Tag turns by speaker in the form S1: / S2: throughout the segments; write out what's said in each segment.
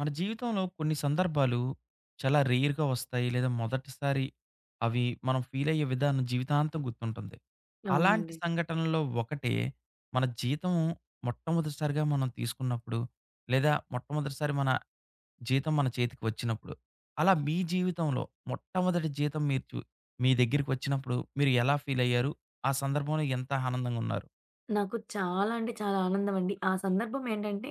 S1: మన జీవితంలో కొన్ని సందర్భాలు చాలా రేర్‌గా వస్తాయి. లేదా మొదటిసారి అవి మనం ఫీల్ అయ్యే విధానం జీవితాంతం గుర్తుంటుంది. అలాంటి
S2: అవునండి.
S1: సంఘటనల్లో ఒకటే మన జీతం మొట్టమొదటిసారిగా మనం తీసుకున్నప్పుడు, లేదా మొట్టమొదటిసారి మన జీతం మన చేతికి వచ్చినప్పుడు. అలా మీ జీవితంలో మొట్టమొదటి జీతం మీరు చు మీ దగ్గరికి వచ్చినప్పుడు మీరు ఎలా ఫీల్ అయ్యారు? ఆ సందర్భంలో ఎంత ఆనందంగా ఉన్నారు?
S2: నాకు చాలా అంటే చాలా ఆనందమండి. ఆ సందర్భం ఏంటంటే,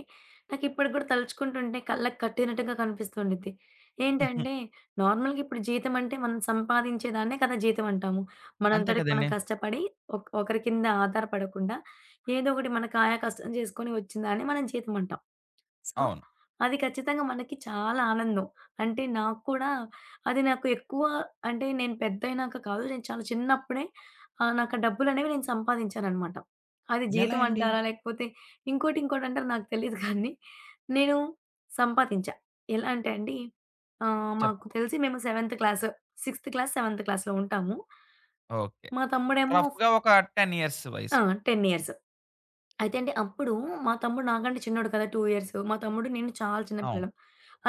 S2: నాకిప్పటికి గూడా తలుచుకుంటుంటే కళ్ళకి కట్టినట్టుగా కనిపిస్తుండిద్ది. ఏంటంటే, నార్మల్‌గా ఇప్పుడు జీతం అంటే మనం సంపాదించే దాన్నే కదా జీతం అంటాము.
S1: అంతే
S2: మనంతటికి మనం
S1: కదండీ!
S2: కష్టపడి ఒకరి కింద ఆధారపడకుండా ఏదో ఒకటి మన కాయ కష్టం జేసుకొని వచ్చిన దాన్ని మనం జీతం అంటాం. సో,
S1: అవును.
S2: అది ఖచ్చితంగా మనకి చాలా ఆనందం. అంటే నాకు కూడా అది నాకు ఎక్కువ అంటే నేను పెద్దయినాక కాదు. నేను చాలా చిన్నప్పుడే నాకు ఆ డబ్బులనేవి నేను సంపాదించాననమాట. అది
S1: ఎలా
S2: జీతం
S1: అండి?
S2: అంటారా? లేకపోతే ఇంకోటి ఇంకోటంటారు నాకు తెలీదు కానీ నేను సంపాదించా. ఎలా అంటే అండి మాకు
S1: చెప్పండి.
S2: తెలిసి మేము సిక్స్త్ క్లాస్, సెవెంత్ క్లాస్‌లో ఉంటాము.
S1: ఓకే.
S2: మా తమ్ముడేమో
S1: రఫ్‌గా ఒక 10 ఇయర్స్
S2: ఆ!
S1: వయసు.
S2: 10 ఇయర్స్. అయితే అండి అప్పుడు మా తమ్ముడు నాకంటే చిన్నోడు కదా! 2 ఇయర్స్. మా తమ్ముడు నేను చాలా చిన్న
S1: అవును.
S2: పిల్లలం.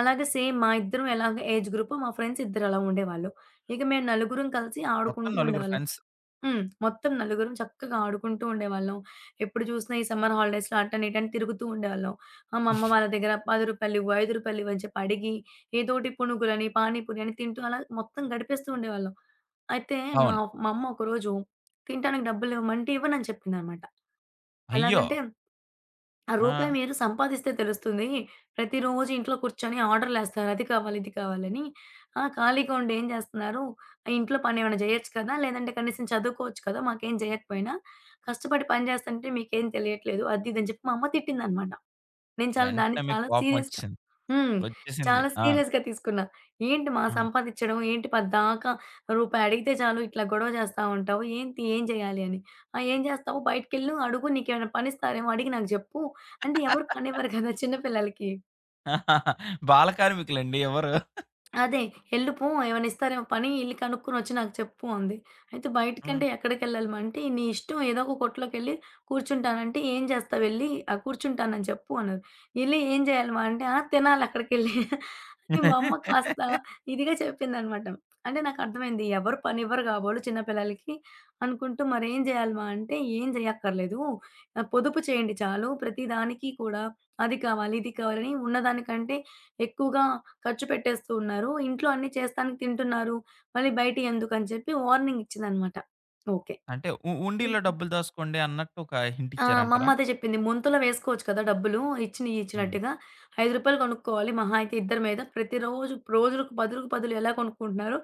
S2: అలాగే సేమ్ మా ఇద్దరం ఎలాగ ఏజ్ గ్రూపో మా ఫ్రెండ్స్ ఇద్దరు అలా ఉండేవాళ్ళు. ఇక మేము నలుగురం కలిసి
S1: మొత్తం
S2: ఆడుకుంటూ
S1: నలుగురు
S2: ఉండేవాళ్ళం.
S1: ఫ్రెండ్స్.
S2: హ్మ్. మొత్తం నలుగురం చక్కగా ఆడుకుంటూ ఉండేవాళ్ళం. ఎప్పుడు చూసినా ఈ సమ్మర్ హాలిడేస్‌లో అటని ఇటని తిరుగుతూ ఉండేవాళ్ళం. మా అమ్మ వాళ్ళ దగ్గర రూ. 10 ఇవ్వు, రూ. 5 ఇవ్వు అని చెప్పి అడిగి ఏదోటి పునుగులని, పానీపూరి అని తింటూ అలా మొత్తం గడిపేస్తూ ఉండేవాళ్ళం. అయితే మా
S1: అవును.
S2: మా అమ్మ ఒకరోజు తినటానికి డబ్బులు ఇవ్వమంటే ఇవ్వనని చెప్పిందనమాట.
S1: అయ్యో!
S2: ఎలాగంటే ఆ రూపాయి
S1: ఆ!
S2: మీరు సంపాదిస్తే తెలుస్తుంది. ప్రతిరోజు ఇంట్లో కూర్చొని ఆర్డర్‌లేస్తారు. అది కావాలి, ఇది కావాలని. ఆ! ఖాళీగా ఉండి ఏం చేస్తున్నారు? ఆ ఇంట్లో పనేమైనా చేయొచ్చు కదా! లేదంటే కనీసం చదువుకోవచ్చు కదా! మాకేం చేయకపోయినా. కష్టపడి పని చేస్తంటే మీకేం తెలియట్లేదు. అది ఇది అని చెప్పి మా అమ్మ తిట్టిందనమాట. నేను చాలా దాన్ని
S1: వెంటనే మీకు
S2: చాలా సీరియస్‌గా
S1: కోపమొచ్చేసింది.
S2: హ్మ్.
S1: వచ్చేసింది. వచ్చేసింది.
S2: చాలా
S1: ఆ!
S2: సీరియస్‌గా తీసుకున్నా. ఏంటి మా
S1: ఆ!
S2: సంపాదిచ్చడం, ఏంటి పద్దాకా రూపాయి అడిగితే చాలు ఇట్లా గొడవ చేస్తా ఉంటావు. ఏంటి ఏం చేయాలి అని. ఆ! ఏం చేస్తావు బయటికెళ్ళు అడుగు నీకేమైనా పనిస్తారేమో అడిగి నాకు జెప్పు. అంటే ఎవరు పనివ్వరు కదా చిన్న పిల్లలకి.
S1: బాల కార్మికులండి ఎవరు?
S2: అదే. "ఎళ్ళు పో ఏమైనా ఇస్తారేమో పని ఎళ్లి కనుక్కొనొచ్చి నాకు చెప్పు" అంది. అయితే
S1: హ్మ్.
S2: బయటికంటే ఎక్కడికెళ్ళాలి మా అంటే, "నీ ఇష్టం ఏదో ఒక కొట్టులోకెళ్ళి కూర్చుంటానంటే ఏం చేస్తావెళ్లి కూర్చుంటానని చెప్పు" అన్నది. "ఎళ్లి ఏం చేయాలి మా" అంటే, "ఆ! తినాలి అక్కడికెళ్ళి" అని మా అమ్మ కాస్త ఇదిగా చెప్పిందనమాట. అంటే నాకర్థమైంది ఎవరు పనివ్వరు కాబోలు చిన్న పిల్లలకి అనుకుంటూ, "మరేం చేయాలి మా" అంటే, "ఏం చేయక్కర్లేదు పొదుపు చేయండి చాలు ప్రతి దానికి కూడా అది కావాలి, ఇది కావాలని" ఉన్నదానికంటే ఎక్కువగా ఖర్చు పెట్టేస్తూ ఉన్నారు. ఇంట్లో అన్నీ చేస్తానికి తింటున్నారు. మళ్ళీ బయటియి ఎందుకని చెప్పి వార్నింగ్ ఇచ్చిందనమాట. ఓకే.
S1: అంటే ఉండీలో
S2: ఓకే.
S1: డబ్బులు దాసుకోండి అన్నట్టు ఒక హింట్
S2: ఆ! మా అమ్మ
S1: ఇచ్చారంటారా?
S2: అదే చెప్పింది. ముంతలో వేసుకోవచ్చు కదా! డబ్బులు ఇచ్చినియి
S1: హ్మ్.
S2: ఇచ్చినట్టుగా. రూ. 5 కొనుక్కోవాలి. మహా అయితే ఇద్దరి మీద. ప్రతిరోజు రోజులకు బదులుకు బదులు ఎలా కొనుక్కుంటున్నారో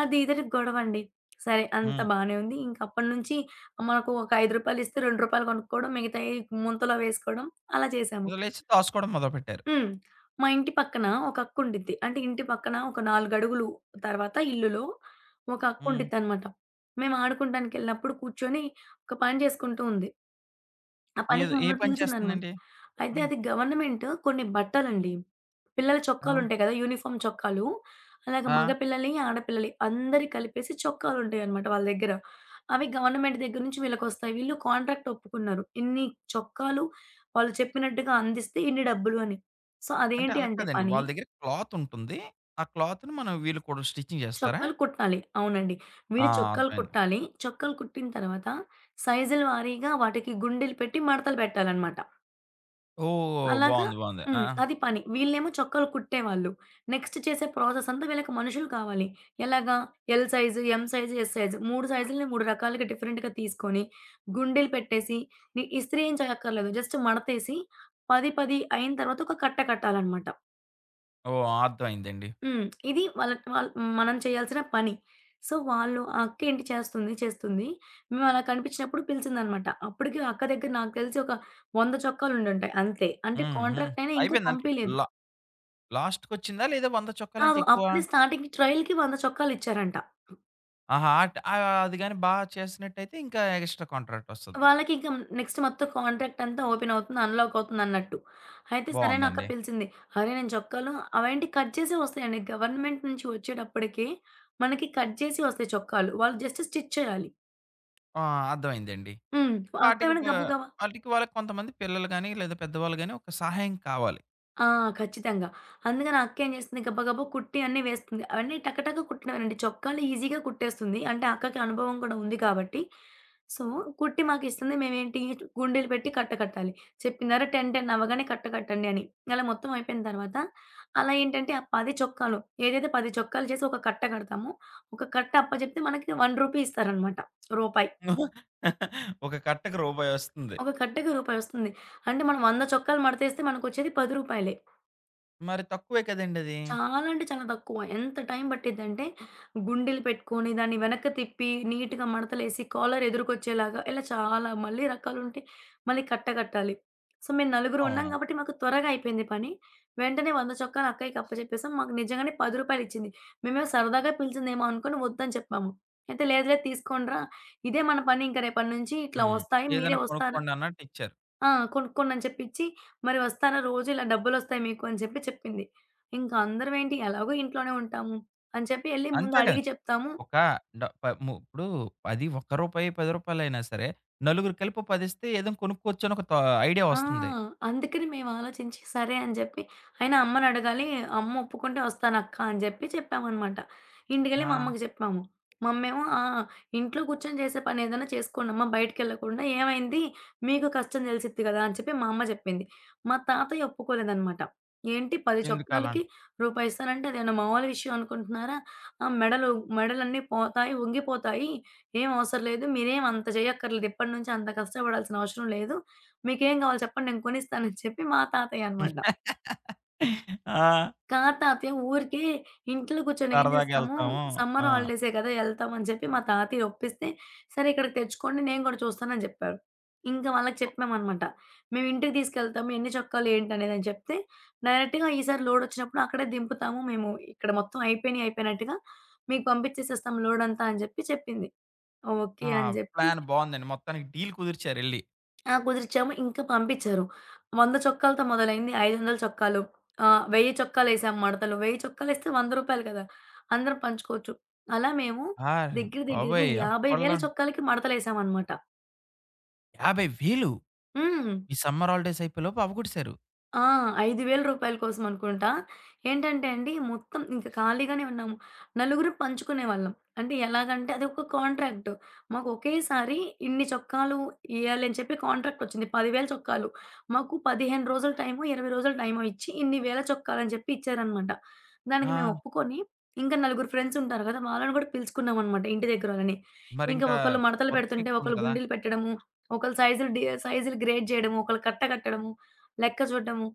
S2: అది ఇదని గొడవండి. సరే అంతా
S1: హ్మ్.
S2: బానే ఉంది. ఇంక అప్పటినుంచి మనకు ఒక రూ. 5 ఇస్తే రూ. 2 కొనుక్కోవడం మిగతాయి ముంతలో వేసుకోవడం అలా చేసాము.
S1: ఇక లేచి దాసుకోవడం మొదలుపెట్టారు.
S2: హ్మ్. మా ఇంటి పక్కన ఒక అక్కుండిద్ది. అంటే ఇంటి పక్కన ఒక 4 అడుగులు తర్వాత ఇల్లులో ఒక
S1: హ్మ్.
S2: అక్కుండిద్దనమాట. మేము ఆడుకుంటానికెళ్ళినప్పుడు కూర్చొని ఒక పని చేసుకుంటూ ఉంది. ఆ పనికి
S1: ఏది ఏ
S2: మమ్మల్ని
S1: పని
S2: పిలిచిందనమాట.
S1: చేస్తుందండి?
S2: అయితే
S1: హ్మ్.
S2: అది గవర్నమెంట్ కొన్ని బట్టలండి. పిల్లల
S1: ఆ!
S2: చొక్కాలుంటాయి కదా! యూనిఫార్మ్ చొక్కాలు. అలాగే మగ
S1: ఆ!
S2: పిల్లలి, ఆడపిల్లలి అందరి కలిపేసి చొక్కాలుంటాయనమాట వాళ్ళ దగ్గర. అవి గవర్నమెంట్ దగ్గర నుంచి వీళ్ళకొస్తాయి. వీళ్ళు కాంట్రాక్ట్ ఒప్పుకున్నారు. ఇన్ని చొక్కాలు వాళ్ళు చెప్పినట్టుగా అందిస్తే ఇన్ని డబ్బులు అని. సో,
S1: అంటే
S2: అదేంటి
S1: అలా
S2: అంటే
S1: కాదండి.
S2: పని
S1: వాళ్ళ దగ్గర క్లాత్ ఉంటుంది. ఆ క్లాత్‌ని మనం వీళ్ళు కూడా స్టిచ్చింగ్ చేస్తారా?
S2: చొక్కాలు కుట్టాలి. అవునండి.
S1: ఆ!
S2: మీరు చొక్కాలు
S1: అర్థమైంది.
S2: కుట్టాలి. చొక్కాలు కుట్టిన తర్వాత సైజుల వారీగా వాటికి గుండీలు పెట్టి మడతలు పెట్టాలనమాట.
S1: ఓహ్!
S2: అలాగా
S1: బావుంది. బావుంది. ఆ!
S2: హ్మ్. అది పని. వీళ్ళేమో చొక్కాలు కుట్టేవాళ్ళు. నెక్స్ట్ చేసే ప్రాసెస్ అంతా వీళ్ళకి మనుషులు కావాలి. ఎలాగా? L size, M size, S size 3 సైజులని 3 రకాలుగా డిఫరెంట్‌గా తీసుకొని, గుండీలు పెట్టేసి ని ఇస్త్రీ ఏం చేయక్కర్లేదు. జస్ట్ మడతేసి 10, 10 అయిన తర్వాత ఒక కట్ట కట్టాలనమాట.
S1: ఓహ్! అర్థమైందండి.
S2: హ్మ్. ఇది వాళ్ళ మనం చేయాల్సిన పని. సో, వాళ్ళు ఆ అక్క ఏంటి చేస్తుంది, చేస్తుంది. మేము అలా కనిపించినప్పుడు పిలిచిందనమాట. అప్పటికి అక్క దగ్గర నాకు తెలిసి ఒక 100 చొక్కాలుండుంటాయి అంతే. అంటే
S1: హ్మ్. హ్మ్.
S2: కాంట్రాక్ట్ అయినా ఇంకా
S1: అయిపోయిందంటే
S2: పంపియలేదు.
S1: లా లాస్ట్‌కొచ్చిందా? లేదా 100 చొక్కాలంటే
S2: కాదు.
S1: ఎక్కువ?
S2: అప్పుడే స్టార్టింగ్ ట్రయల్‌కి 100 చొక్కాలిచ్చారంట.
S1: ఆహా! అది గాని చేసినట్టయితే ఇంకా ఎక్స్‌ట్రా కాంట్రాక్ట్ ఒస్తది.
S2: వాళ్ళకి ఇంకా నెక్స్ట్ మొత్తం కాంట్రాక్ట్ అంతా ఓపెన్ అవుతుంది, అన్‌లాక్ అవుతుందన్నట్టు. అయితే సరే అని అక్క
S1: బావుందండి.
S2: పిలిచింది. అరే! నేను చొక్కాలు అవేంటి కట్ చేసే వస్తాయండి. గవర్నమెంట్ నుంచి వచ్చేటప్పటికి మనకి కట్ చేసి వస్తాయి చొక్కాలు. వాళ్ళు జస్ట్ స్టిచ్ చేయాలి.
S1: ఆ! అర్థమైందండి.
S2: హ్మ్.
S1: వాటికి
S2: అక్కేమైనా
S1: వ
S2: గబ గబా
S1: వాటికి వాళ్ళకి కొంతమంది పిల్లలు గాని, లేదా పెద్దవాళ్ళు గాని ఒక సహాయం కావాలి.
S2: ఆ! ఖచ్చితంగా. అందుకని ఆ అక్కేం చేస్తుంది గబ గబా కుట్టి అన్నీ వేస్తుంది. అవన్నీ టక టక కుట్టినవేనండి. చొక్కాలు ఈజీగా కుట్టేస్తుంది. అంటే అక్కకి అనుభవం కూడా ఉంది కాబట్టి. సో, కుట్టి మాకిస్తుంది. మేమేంటి గుండీలు పెట్టి కట్ట కట్టాలి. చెప్పినారు 10, 10 అవ్వగానే కట్ట కట్టండి అని. అలా మొత్తం అయిపోయిన తర్వాత అలా ఏంటంటే ఆ 10 చొక్కాలు ఏదైతే 10 చొక్కాలు చేసి ఒక కట్ట కడతామో, ఒక కట్ట అప్పజెప్తే మనకి రూ. 1 ఇస్తారనమాట. రూపాయి.
S1: ఒక కట్టకి రూపాయొస్తుంది.
S2: ఒక కట్టకి రూపాయి వస్తుంది. అంటే మనం 100 చొక్కాలు మడతేస్తే మనకొచ్చేది రూ. 10.
S1: మరి తక్కువే కదండీ అది.
S2: చాలా అంటే చాలా తక్కువ. ఎంత టైం పట్టిద్దంటే, గుండీలు పెట్టుకొని, దాన్ని వెనక్కి తిప్పి, నీట్‌గా మడతలేసి, కాలర్ ఎదురుకొచ్చేలాగా ఇలా చాలా మళ్ళీ రకాలుంటాయి. మళ్ళీ కట్ట కట్టాలి. సో, మేము నలుగురం ఉన్నాం
S1: అవును.
S2: కాబట్టి మాకు త్వరగా అయిపోయింది పని. వెంటనే 100 చొక్కాలు అక్కయ్యకి అప్పచెప్పేసాం. మాకు నిజంగానే రూ. 10 ఇచ్చింది. మేమేమో సరదాగా పిలిచిందేమో అనుకోని వద్దని చెప్పాము. అయితే లేదు లేదు తీసుకోండిరా! ఇదే మన పని ఇంక రేపటి నుంచి ఇట్లా
S1: హ్మ్.
S2: వస్తాయి. మీరే
S1: ఏదైనా
S2: వస్తారా?
S1: కొనుక్కోండి అన్నట్టు ఇచ్చారు.
S2: ఆ! కొనుక్కోండి అని చెప్పిచ్చి, "మరి వస్తారా రోజు ఇలా డబ్బులొస్తాయి మీకు" అని చెప్పి చెప్పింది. ఇంక అందరం ఏంటి ఎలాగో ఇంట్లోనే ఉంటాము అని చెప్పి ఎళ్లి ముందు
S1: అంతే కదా!
S2: అడిగి చెప్తాము.
S1: ఒక డ ప ము ఇప్పుడు అది రూ. 1, రూ. 10 అయినా సరే, నలుగురు కలిపి ఓ 10 ఇస్తే ఏదైనా కొనుక్కోవచ్చు అని ఒక థా ఐడియా
S2: ఆ!
S1: వస్తుంది.
S2: అందుకని మేము ఆలోచించి సరే అని జెప్పి, అయినా అమ్మని అడగాలి. అమ్మ ఒప్పుకుంటే ఒస్తానక్క అని జెప్పి చెప్పామనమాట. ఇంటికెళ్ళి మా
S1: ఆ!
S2: అమ్మకి చెప్పాము. మమ్మేమో "ఆ! ఇంట్లో కూర్చొని చేసే పని ఏదైనా చేసుకోండమ్మా బయటికెళ్ళకుండా. ఏమైంది? మీకు కష్టం తెలిసిద్ది గదా!" అని చెప్పి మా అమ్మ జెప్పింది. మా తాతయ్య ఒప్పుకోలేదనమాట. "ఏంటి 10
S1: ఎందుకు
S2: చొక్కాలకి
S1: అలాంటి?
S2: రూపాయి ఇస్తానంటే అదేమన్నా మామూలు విషయం అనుకుంటున్నారా? ఆ! మెడలు మెడలన్నీ పోతాయి, వంగిపోతాయి. ఏం అవసరం లేదు. మీరేం అంత చేయక్కర్లేదు. ఇప్పటి నుంచి అంత కష్టపడాల్సిన అవసరం లేదు. మీకేం గావాలి చెప్పండి నేను కొనిస్తానని చెప్పి మా తాతయ్య అనమాట.
S1: ఆ!
S2: కాదు తాతయ్య ఊరికే ఇంట్లో కూర్చొని ఏం
S1: సరదాగా
S2: చేస్తాము,
S1: ఎళ్తాము.
S2: సమ్మర్
S1: ఆ!
S2: హాలిడేసే కదా! ఎళ్తామని చెప్పి మా తాతయ్య ఒప్పిస్తే, సరే ఇక్కడికి తెచ్చుకోండి నేను కూడా చూస్తానని చెప్పారు. ఇంకా వాళ్ళకి చెప్పామనమాట. మేము ఇంటికి తీసుకెళ్తాము ఎన్ని చొక్కాలు ఏంటనేదని చెప్తే, డైరెక్ట్‌గా ఈసారి లోడొచ్చినప్పుడు అక్కడే దింపుతాము మేము. ఇక్కడ మొత్తం అయిపోయినయి అయిపోయినట్టుగా మీకు పంపించేసేస్తాం లోడంతా అని చెప్పి చెప్పింది. ఓకే.
S1: ఆ!
S2: అని చెప్పి
S1: ప్లాన్ బావుందండి. మొత్తానికి డీల్ కుదిర్చారెళ్లి.
S2: ఆ! కుదిరిచ్చాము. ఇంకా పంపిచ్చారు. 100 చొక్కాలతో మొదలైంది. 500 చొక్కాలు, 1000 చొక్కాలేసాం మడతలు. 1000 చొక్కాలేస్తే రూ. 100 కదా! అందరం పంచుకోవచ్చు. అలా మేము
S1: అరె
S2: దగ్గర దగ్గరగా
S1: బాబోయ్!
S2: 50,000
S1: అప్పట్లో
S2: చొక్కాలకి మడతలేసామనమాట.
S1: 50,000
S2: హ్మ్.
S1: ఈ సమ్మర్ హాలిడేస్ అయిపోయేలోపు అవ్వగొట్టేసారు.
S2: ఆ! రూ. 5,000 కోసం అనుకుంటా. ఏంటంటే అండి, మొత్తం ఇంక ఖాళీగానే ఉన్నాము. నలుగురు పంచుకునేవాళ్ళం. అంటే ఎలాగంటే అదొక కాంట్రాక్ట్. మాకు ఒకేసారి ఇన్ని చొక్కాలు ఇయ్యాలి అని చెప్పి కాంట్రాక్ట్ వచ్చింది. 10,000 చొక్కాలు. మాకు 15 రోజులు టైము, 20 రోజులు టైమో ఇచ్చి ఇన్ని వేల చొక్కాలు అని చెప్పి ఇచ్చారనమాట. దానికి మేము
S1: ఆ!
S2: ఒప్పుకొని ఇంకా నలుగురు ఫ్రెండ్స్ ఉంటారు కదా! వాళ్ళని కూడా పిలుచుకున్నామనమాట ఇంటి దగ్గర వాళ్ళని. ఇంకా
S1: మరింకా
S2: ఒకళ్ళు మడతలు
S1: వర్క్
S2: పెడుతుంటే,
S1: ఎక్కువ ఉంది
S2: ఒకళ్ళు
S1: కదా!
S2: గుండీలు పెట్టడము, ఒకళ్ళు సైజులు సైజులు గ్రేడ్ చేయడము, ఒకళ్ళు కట్ట కట్టడము లెక్క చూడడము.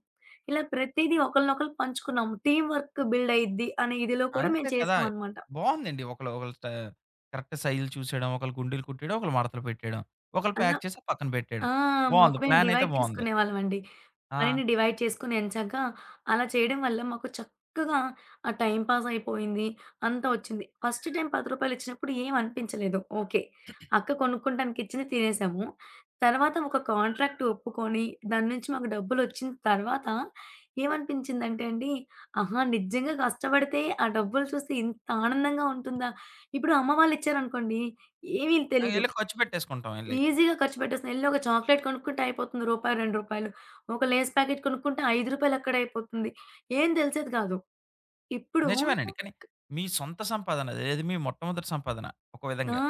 S2: ఇలా ప్రతీదీ ఒకళ్ళనొకళ్ళు పంచుకున్నాము. టీమ్ వర్క్ బిల్డ్ అయ్యిద్ది అనే ఇదిలో కూడా మేము
S1: అంతే కదా!
S2: చేసామనమాట.
S1: బావుందండి. ఒకళ్ళు ఒకళ్ళు స్ట కరెక్ట్ సైజులు చూసేయడం, ఒకళ్ళు గుండీలు కుట్టేయడం, ఒకళ్ళు మడతలు పెట్టేయడం, ఒకళ్ళు
S2: అలా
S1: ప్యాక్ చేసి పక్కన
S2: ఆ!
S1: పెట్టేయడం.
S2: మాకు
S1: బావుంది.
S2: మేము
S1: ప్లాన్ అయితే
S2: డివైడ్
S1: బావుంది.
S2: చేసుకునేవాళ్ళమండి.
S1: ఆ!
S2: పనిని డివైడ్ చేసుకొని ఎంచక్కా అలా చేయడం వల్ల మాకు చక్కగా ఆ టైమ్ పాస్ అయిపోయింది. అంతా ఒచ్చింది. ఫస్ట్ టైమ్ రూ. 10 ఇచ్చినప్పుడు ఏం అనిపించలేదు. ఓకే. అక్క కొనుక్కుంటానికిచ్చింది తినేసాము. తర్వాత ఒక కాంట్రాక్ట్ ఒప్పుకొని దాని నుంచి మాకు డబ్బులొచ్చిన తర్వాత ఏమనిపించిందంటే అండి, ఆహా! నిజంగా కష్టపడితే ఆ డబ్బులు చూస్తే ఇంత ఆనందంగా ఉంటుందా! ఇప్పుడు అమ్మ వాళ్ళిచ్చారనుకోండి ఏమీ
S1: ఆ!
S2: తెలీదు.
S1: ఎళ్లి ఖర్చు పెట్టేసుకుంటాం ఎళ్లి.
S2: ఈజీగా ఖర్చు పెట్టేస్తున్నాం. ఎళ్లి ఒక చాక్లేట్ కొనుక్కుంటే అయిపోతుంది. రూపాయి, రూ. 2. ఒక లేస్ ప్యాకెట్ కొనుక్కుంటే రూ. 5 అక్కడే అయిపోతుంది. ఏం తెలిసేది కాదు. ఇప్పుడు
S1: నిజమేనండి. కానీ మీ సొంత సంపాదన అది. అది మీ మొట్టమొదటి సంపాదన ఒక
S2: ఆ!
S1: విధంగా.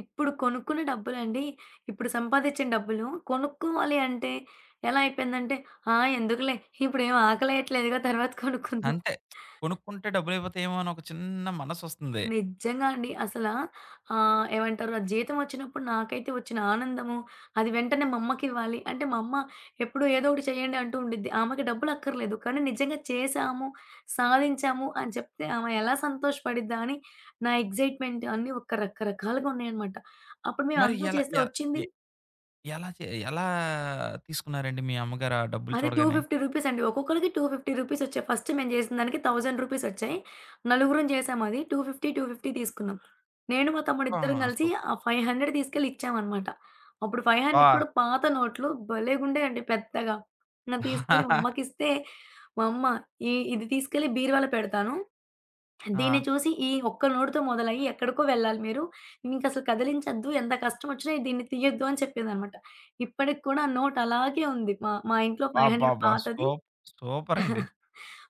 S2: ఇప్పుడు కొనుక్కునే డబ్బులండి. ఇప్పుడు సంపాదించిన డబ్బులు కొనుక్కోవాలి అంటే ఎలా అయిపోయిందంటే, ఆ! ఎందుకులే ఇప్పుడేం ఆకలేయట్లేదుగా తర్వాత కొనుక్కుందాం.
S1: అంతే. కొనుక్కుంటే డబ్బులైపోతాయేమో అని ఒక చిన్న మనసొస్తుంది.
S2: నిజంగా అండి. అసలా ఏమంటారు? ఆ జీతం వచ్చినప్పుడు నాకైతే వచ్చిన ఆనందము, అది వెంటనే మా అమ్మకివ్వాలి. అంటే మా అమ్మ ఎప్పుడు ఏదో ఒకటి చేయండి అంటూ ఉండిద్ది. ఆమెకి డబ్బులక్కర్లేదు. కానీ నిజంగా చేశాము, సాధించాము అని చెప్తే ఆమె ఎలా సంతోషపడిద్దా అని నా ఎక్సైట్‌మెంట్ అన్నీ ఒక రకరకాలుగా ఉన్నాయన్నమాట. అప్పుడు
S1: మరి
S2: మేమంతా
S1: ఎలా
S2: చేస్తే
S1: ఎ
S2: వచ్చింది
S1: ఎ ఎలా చే ఎలా తీసుకున్నారండి మీ అమ్మగారు ఆ డబ్బులు
S2: అది రూ.
S1: చూడగానే?
S2: 250 అండి. ఒక్కొక్కళ్ళకి రూ. 250 వచ్చాయి. ఫస్ట్ మేము చేసిన దానికి రూ. 1000 వచ్చాయి. నలుగురం చేసాం అది. 250, 250 తీసుకున్నాం. నేను మా తమ్ముడు ఇద్దరం
S1: ఆహా!
S2: కలిసి
S1: సూపర్.
S2: ఆ 500 తీసుకెళ్ళి ఇచ్చామనమాట. అప్పుడు 500
S1: ఆ!
S2: కూడా పాత నోట్లు భలేగుండేయండి పెద్దగా.
S1: ఆ!
S2: నేను తీసుకెళ్ళి మా అమ్మకిస్తే, మా అమ్మ ఇది తీసుకెళ్ళి బీరువాలో పెడతాను. దీన్ని చూసి ఈ ఒక్క నోటితో మొదలయ్యి ఎక్కడికో వెళ్ళాలి మీరు. ఇంకసలు కదిలించొద్దు. ఎంత కష్టమొచ్చినా దీన్ని తీయొద్దు అని చెప్పిందనమాట. ఇప్పటికి కూడా ఆ నోట్ అలాగే ఉంది. మా మా ఇంట్లో 500
S1: అబ్బబ్బా!
S2: పాతది.
S1: సూపరండి.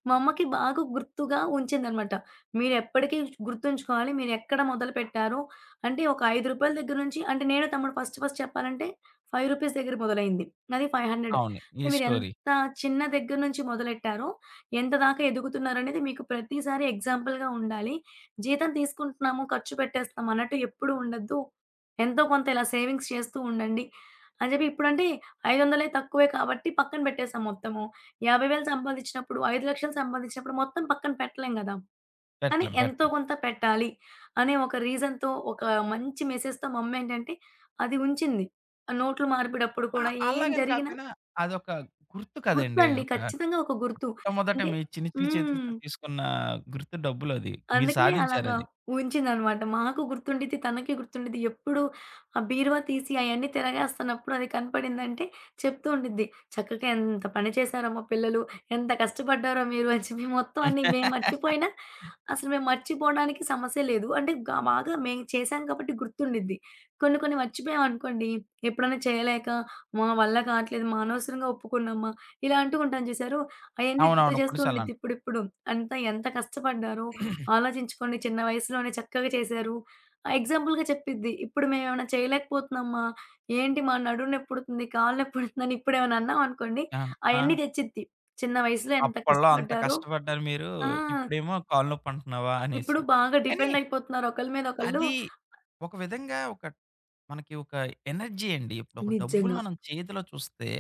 S2: మా అమ్మకి బాగా గుర్తుగా ఉంచిందనమాట. మీరెప్పటికీ గుర్తుంచుకోవాలి. మీరెక్కడ మొదలుపెట్టారో అంటే ఒక రూ. 5 దగ్గర నుంచి అంటే నేను, తమ్ముడు ఫస్ట్ ఫస్ట్ చెప్పాలంటే రూ. 5 దగ్గర మొదలైంది. అది 500
S1: అవును. ఈ
S2: అంటే
S1: స్టోరీ.
S2: మీరెంత చిన్న దగ్గర నుంచి మొదలెట్టారో, ఎంత దాకా ఎదుగుతున్నారనేది మీకు ప్రతిసారి ఎగ్జాంపుల్‌గా ఉండాలి. జీతం తీసుకుంటున్నాము, ఖర్చు పెట్టేస్తాం అన్నట్టు ఎప్పుడూ ఉండద్దు. ఎంతో కొంత ఇలా సేవింగ్స్ చేస్తూ ఉండండి. అని చెప్పి ఇప్పుడంటే 500 తక్కువే కాబట్టి పక్కన పెట్టేసాం మొత్తము. 50,000 సంపాదించినప్పుడు, 5,00,000 సంపాదించినప్పుడు మొత్తం పక్కన పెట్టలేం గదా! కానీ
S1: పెట్టలేం.
S2: ఎంతో
S1: పెట్టలేం.
S2: కొంత పెట్టాలి అనే ఒక రీజన్‌తో, ఒక మంచి మెసేజ్‌తో మమ్మేంటంటే అది ఉంచింది. నోట్ల మార్పిడప్పుడు
S1: ఆ!
S2: కూడా ఏం
S1: అలాగని
S2: జరిగినా
S1: కాపోయినా అదొక గుర్తు కదండీ.
S2: గుర్తండి.
S1: ఒక
S2: ఖచ్చితంగా ఒక గుర్తు.
S1: మొట్టమొదట
S2: అంటే
S1: మీ చిన్ని చిన్ని
S2: హ్మ్.
S1: చేతులతో తీసుకున్న గుర్తు డబ్బులది. మీరు
S2: అలాగా
S1: సాధించారది.
S2: ఉంచిందనమాట. మాకు గుర్తుండిద్ది, తనకి గుర్తుండిద్ది. ఎప్పుడు ఆ బీరువా తీసి అయన్నీ తిరగేస్తున్నప్పుడు అది కనపడిందంటే చెప్తూ ఉండిద్ది. చక్కగా ఎంత పని చేశారో మా పిల్లలు, ఎంత కష్టపడ్డారో మీరు అని చెప్పి మొత్తం అన్నీ మేము మర్చిపోయినా అసలు మేము మర్చిపోవడానికి సమస్య లేదు. అంటే గ బాగా మేము చేశాం కాబట్టి గుర్తుండిద్ది. కొన్ని కొన్ని మర్చిపోయామనుకోండి, ఎప్పుడైనా చేయలేక మా వల్ల కావట్లేదు, మా అనవసరంగా ఒప్పుకున్నామా ఇలా అంటూ ఉంటాం చూశారు, అయన్నీ గుర్తు
S1: అవునవును.
S2: చేస్తూ
S1: కొన్ని సార్లు
S2: ఉండిద్ది
S1: అంటాం.
S2: ఇప్పుడిప్పుడు. అంతా ఎంత కష్టపడ్డారో ఆలోచించుకోండి చిన్న వయసులోనే చక్కగా చేశారు. ఆ ఎగ్జాంపుల్‌గా చెప్పిద్ది. ఇప్పుడు మేమేమైనా చేయలేకపోతున్నామా? ఏంటి మా నడుము నొప్పుడుతుంది, కాళ్ళు నొప్పుడుతుందని ఇప్పుడేమైనా అన్నామనుకోండి,
S1: అవును. ఆ!
S2: అయన్నీ తెచ్చిద్ది. చిన్న వయసులో ఎంత
S1: అప్పట్లో అంత
S2: కష్టపడ్డారో
S1: కష్టపడ్డారు మీరు.
S2: ఆ!
S1: ఇప్పుడేమో కాళ్ళు నొప్పంటున్నావా
S2: ఇప్పుడు
S1: అనేసి.
S2: బాగా
S1: కానీ
S2: డిపెండ్ అయిపోతున్నారు ఒకళ్ళ మీద ఒకళ్ళు.
S1: అది ఒక విధంగా ఒక మనకి ఒక ఎనర్జీ అండి. ఇప్పుడు ఒక డబ్బులు
S2: నిజంగా.
S1: మనం చేతిలో చూస్తే,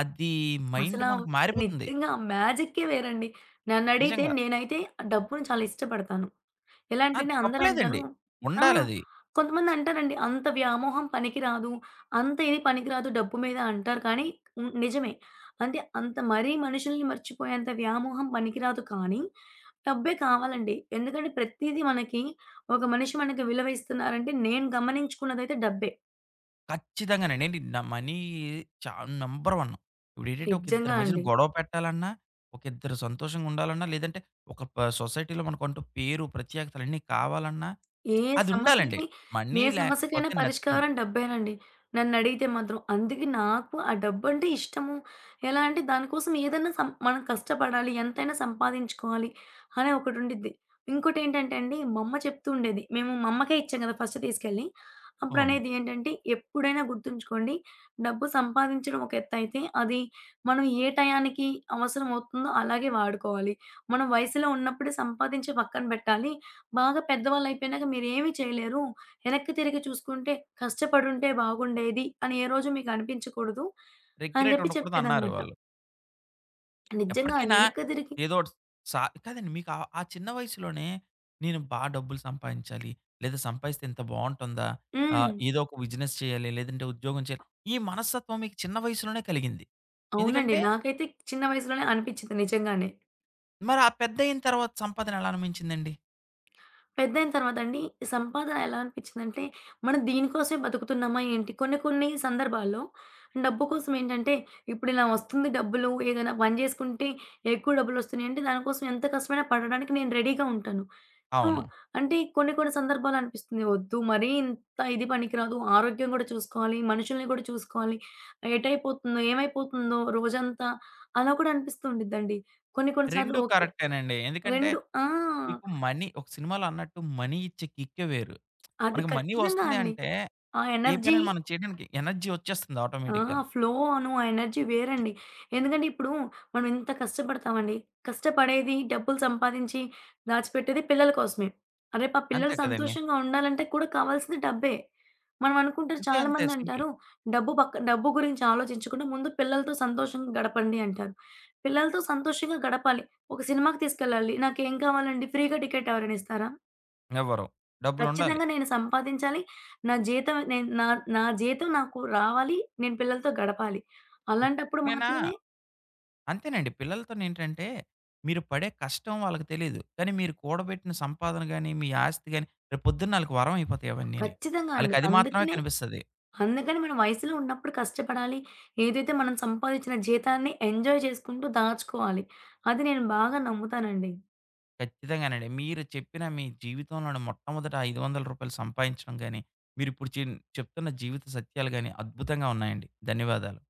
S1: అది మైండ్
S2: అసలా
S1: మనకు మారిపోతుంది.
S2: నిజంగా ఆ మ్యాజిక్కే వేరండి. నన్నడిగితే
S1: నిజంగా.
S2: నేనైతే డబ్బుని చాలా ఇష్టపడతాను. ఎలా
S1: ఆ!
S2: అంటేనే అందరంటారు
S1: తప్పులేదండి.
S2: ఆ!
S1: ఉండాలది.
S2: కొంతమందంటారండి. అంత వ్యామోహం పనికిరాదు. అంత ఇది పనికిరాదు డబ్బు మీద అంటారు. కానీ హ్మ్. నిజమే. అంటే అంత మరీ మనుషుల్ని మర్చిపోయేంత వ్యామోహం పనికిరాదు కానీ, డబ్బే కావాలండి. ఎందుకంటే ప్రతీదీ మనకి ఒక మనిషి మనకి విలువ ఇస్తున్నారంటే నేను గమనించుకున్నదైతే డబ్బే.
S1: ఖచ్చితంగానండి. ఏంటి న మనీ చా నంబర్ 1. ఇప్పుడేంటంటే ఒక ఇద్దరి
S2: నిజంగా
S1: మధ్యన
S2: అండి.
S1: గొడవ పెట్టాలన్నా, ఒక ఇద్దరు సంతోషంగా ఉండాలన్నా, లేదంటే ఒక ప సొసైటీలో మనకంటూ పేరు, ప్రత్యేకతలు అన్నీ కావాలన్నా
S2: ఏ
S1: అదుండాలండి.
S2: సమస్యకి,
S1: మనీ
S2: ఏ సమస్యకైనా
S1: లేకపోతే నథింగ్.
S2: పరిష్కారం డబ్బేనండి. నన్నడిగితే మాత్రం. అందుకే నాకు ఆ డబ్బంటే ఇష్టము. ఎలా అంటే దానికోసం ఏదైనా మనం కష్టపడాలి, ఎంతైనా సంపాదించుకోవాలి అనే ఒకటుండిద్ది. ఇంకోటేంటంటే అండి మా అమ్మ చెప్తూ ఉండేది. మేము మా అమ్మకే ఇచ్చాం కదా! ఫస్ట్ తీసుకెళ్ళి.
S1: అవును.
S2: అప్పుడనేది ఏంటంటే, ఎప్పుడైనా గుర్తుంచుకోండి డబ్బు సంపాదించడం ఒక ఎత్తయితే, అది మనం ఏ టయానికి అవసరమవుతుందో అలాగే వాడుకోవాలి. మనం వయసులో ఉన్నప్పుడే సంపాదించి పక్కన పెట్టాలి. బాగా పెద్దవాళ్ళయిపోయినాక మీరేమి చేయలేరు. వెనక్కి తిరిగి చూసుకుంటే కష్టపడుంటే బాగుండేది అని ఏ రోజు మీకు అనిపించకూడదు అని
S1: రిగ్రెట్
S2: జెప్పి
S1: ఉండకూడదన్నారు
S2: చెప్పేదనమాట.
S1: వాళ్ళు.
S2: నిజంగా
S1: ఎప్పటికైనా
S2: వెనక్కి తిరిగి
S1: ఏదోటి సా కాదండి, మీకు ఆ ఆ చిన్న వయసులోనే నేను డబ్బులు సంపాదించాలి. లేదా సంపాదిస్తే ఇంత బావుంటుందా?
S2: హ్మ్.
S1: ఏదో ఒక బిజినెస్ చేయాలి. లేదంటే ఉద్యోగం చేయాలి. ఈ మనస్తత్వం మీకు చిన్న వయసులోనే కలిగింది.
S2: అవునండి.
S1: ఎందుకంటే
S2: నాకైతే చిన్న వయసులోనే అనిపిచ్చింది నిజంగానే.
S1: మరి ఆ పెద్దయిన తర్వాత సంపాదన ఎలా అనుమించిందండి?
S2: పెద్దయిన తర్వాత అండి సంపాదన ఎలా అనిపిచ్చిందంటే, మనం దీనికోసమే బతుకుతున్నామా ఏంటి? కొన్ని కొన్ని సందర్భాల్లో డబ్బు కోసం ఏంటంటే, ఇప్పుడు ఇలా వస్తుంది డబ్బులు ఏదైనా పని జేసుకుంటే ఎక్కువ డబ్బులొస్తున్నాయి అంటే దానికోసం ఎంత కష్టమైనా పడడానికి నేను రెడీగా ఉంటాను. సో,
S1: అవును.
S2: అంటే కొన్ని కొన్ని సందర్భాలు అనిపిస్తుంది. వద్దు మరీ ఇంత ఇది పనికిరాదు. ఆరోగ్యం గూడా చూసుకోవాలి. మనుషుల్ని గూడా చూసుకోవాలి. ఎటైపోతుందో, ఏమైపోతుందో రోజంతా అలా కూడా అనిపిస్తూ ఉండిద్దండి. కొన్ని కొన్ని సార్లు
S1: 2
S2: ఓకే.
S1: కరెక్టేనండి. ఎందుకంటే
S2: 2 ఆ!
S1: మీకు మనీ, ఒక సినిమాలో అన్నట్టు మనీ ఇచ్చే కిక్కే వేరు.
S2: అది
S1: మనకి మనీ
S2: ఖచ్చితంగా
S1: వస్తుంది
S2: అండి.
S1: అంటే
S2: ఆ
S1: ఏ
S2: ఎనర్జీ
S1: పనైనా మనం చేయడానికి ఎనర్జీ వచ్చేస్తుంది
S2: ఆ!
S1: ఆటోమేటిక్‌గాన.
S2: ఫ్లో ఆ ఎనర్జీ వేరండి. ఎందుకంటే ఇప్పుడు మనం ఎంత కష్టపడతామండి. కష్టపడేది, డబ్బులు సంపాదించి దాచిపెట్టేది పిల్లల కోసమే. రేపు ఆ పిల్లలు
S1: అంతే కదండీ!
S2: సంతోషంగా ఉండాలంటే కూడా కావాల్సింది డబ్బే. మనం అనుకుంటారు
S1: అంతే, అంతే
S2: చాలామంది
S1: సింపుల్.
S2: అంటారు, "డబ్బు పక్క డబ్బు గురించి ఆలోచించకుండా ముందు పిల్లలతో సంతోషంగా గడపండి" అంటారు. పిల్లలతో సంతోషంగా గడపాలి. ఒక సినిమాకి తీసుకెళ్ళాలి. నాకేం కావాలండి? ఫ్రీగా టికెట్ ఎవరైనా ఇస్తారా?
S1: ఎవ్వరు. డబ్బులుండాలి.
S2: ఖచ్చితంగా నేను సంపాదించాలి. నా జీతం నేను నా నా జీతం నాకు రావాలి. నేను పిల్లలతో గడపాలి. అలాంటప్పుడు
S1: ఎప్పుడైనా
S2: మాత్రమే
S1: అంతేనండి. పిల్లలతోనేంటంటే, మీరు పడే కష్టం వాళ్ళకి తెలీదు. కానీ మీరు కూడబెట్టిన సంపాదన గాని, మీ ఆస్తి గాని, రేపు పొద్దున్న ఆళ్ళకి వరం అయిపోతాయి అవన్నీని.
S2: ఖచ్చితంగా అండి.
S1: ఆళ్ళకది మాత్రమే కనిపిస్తది.
S2: అందుకని మనం వయసులో ఉన్నప్పుడు కష్టపడాలి. ఏదైతే మనం సంపాదించిన జీతాన్ని ఎంజాయ్ చేసుకుంటూ దాచుకోవాలి. అది నేను బాగా నమ్ముతానండి.
S1: ఖచ్చితంగానండి. మీరు చెప్పిన మీ జీవితంలోని మొట్టమొదట రూ. 500 సంపాదించడం గాని, మీరిప్పుడు చెప్తున్న జీవిత సత్యాలు గాని అద్భుతంగా ఉన్నాయండి. ధన్యవాదాలు.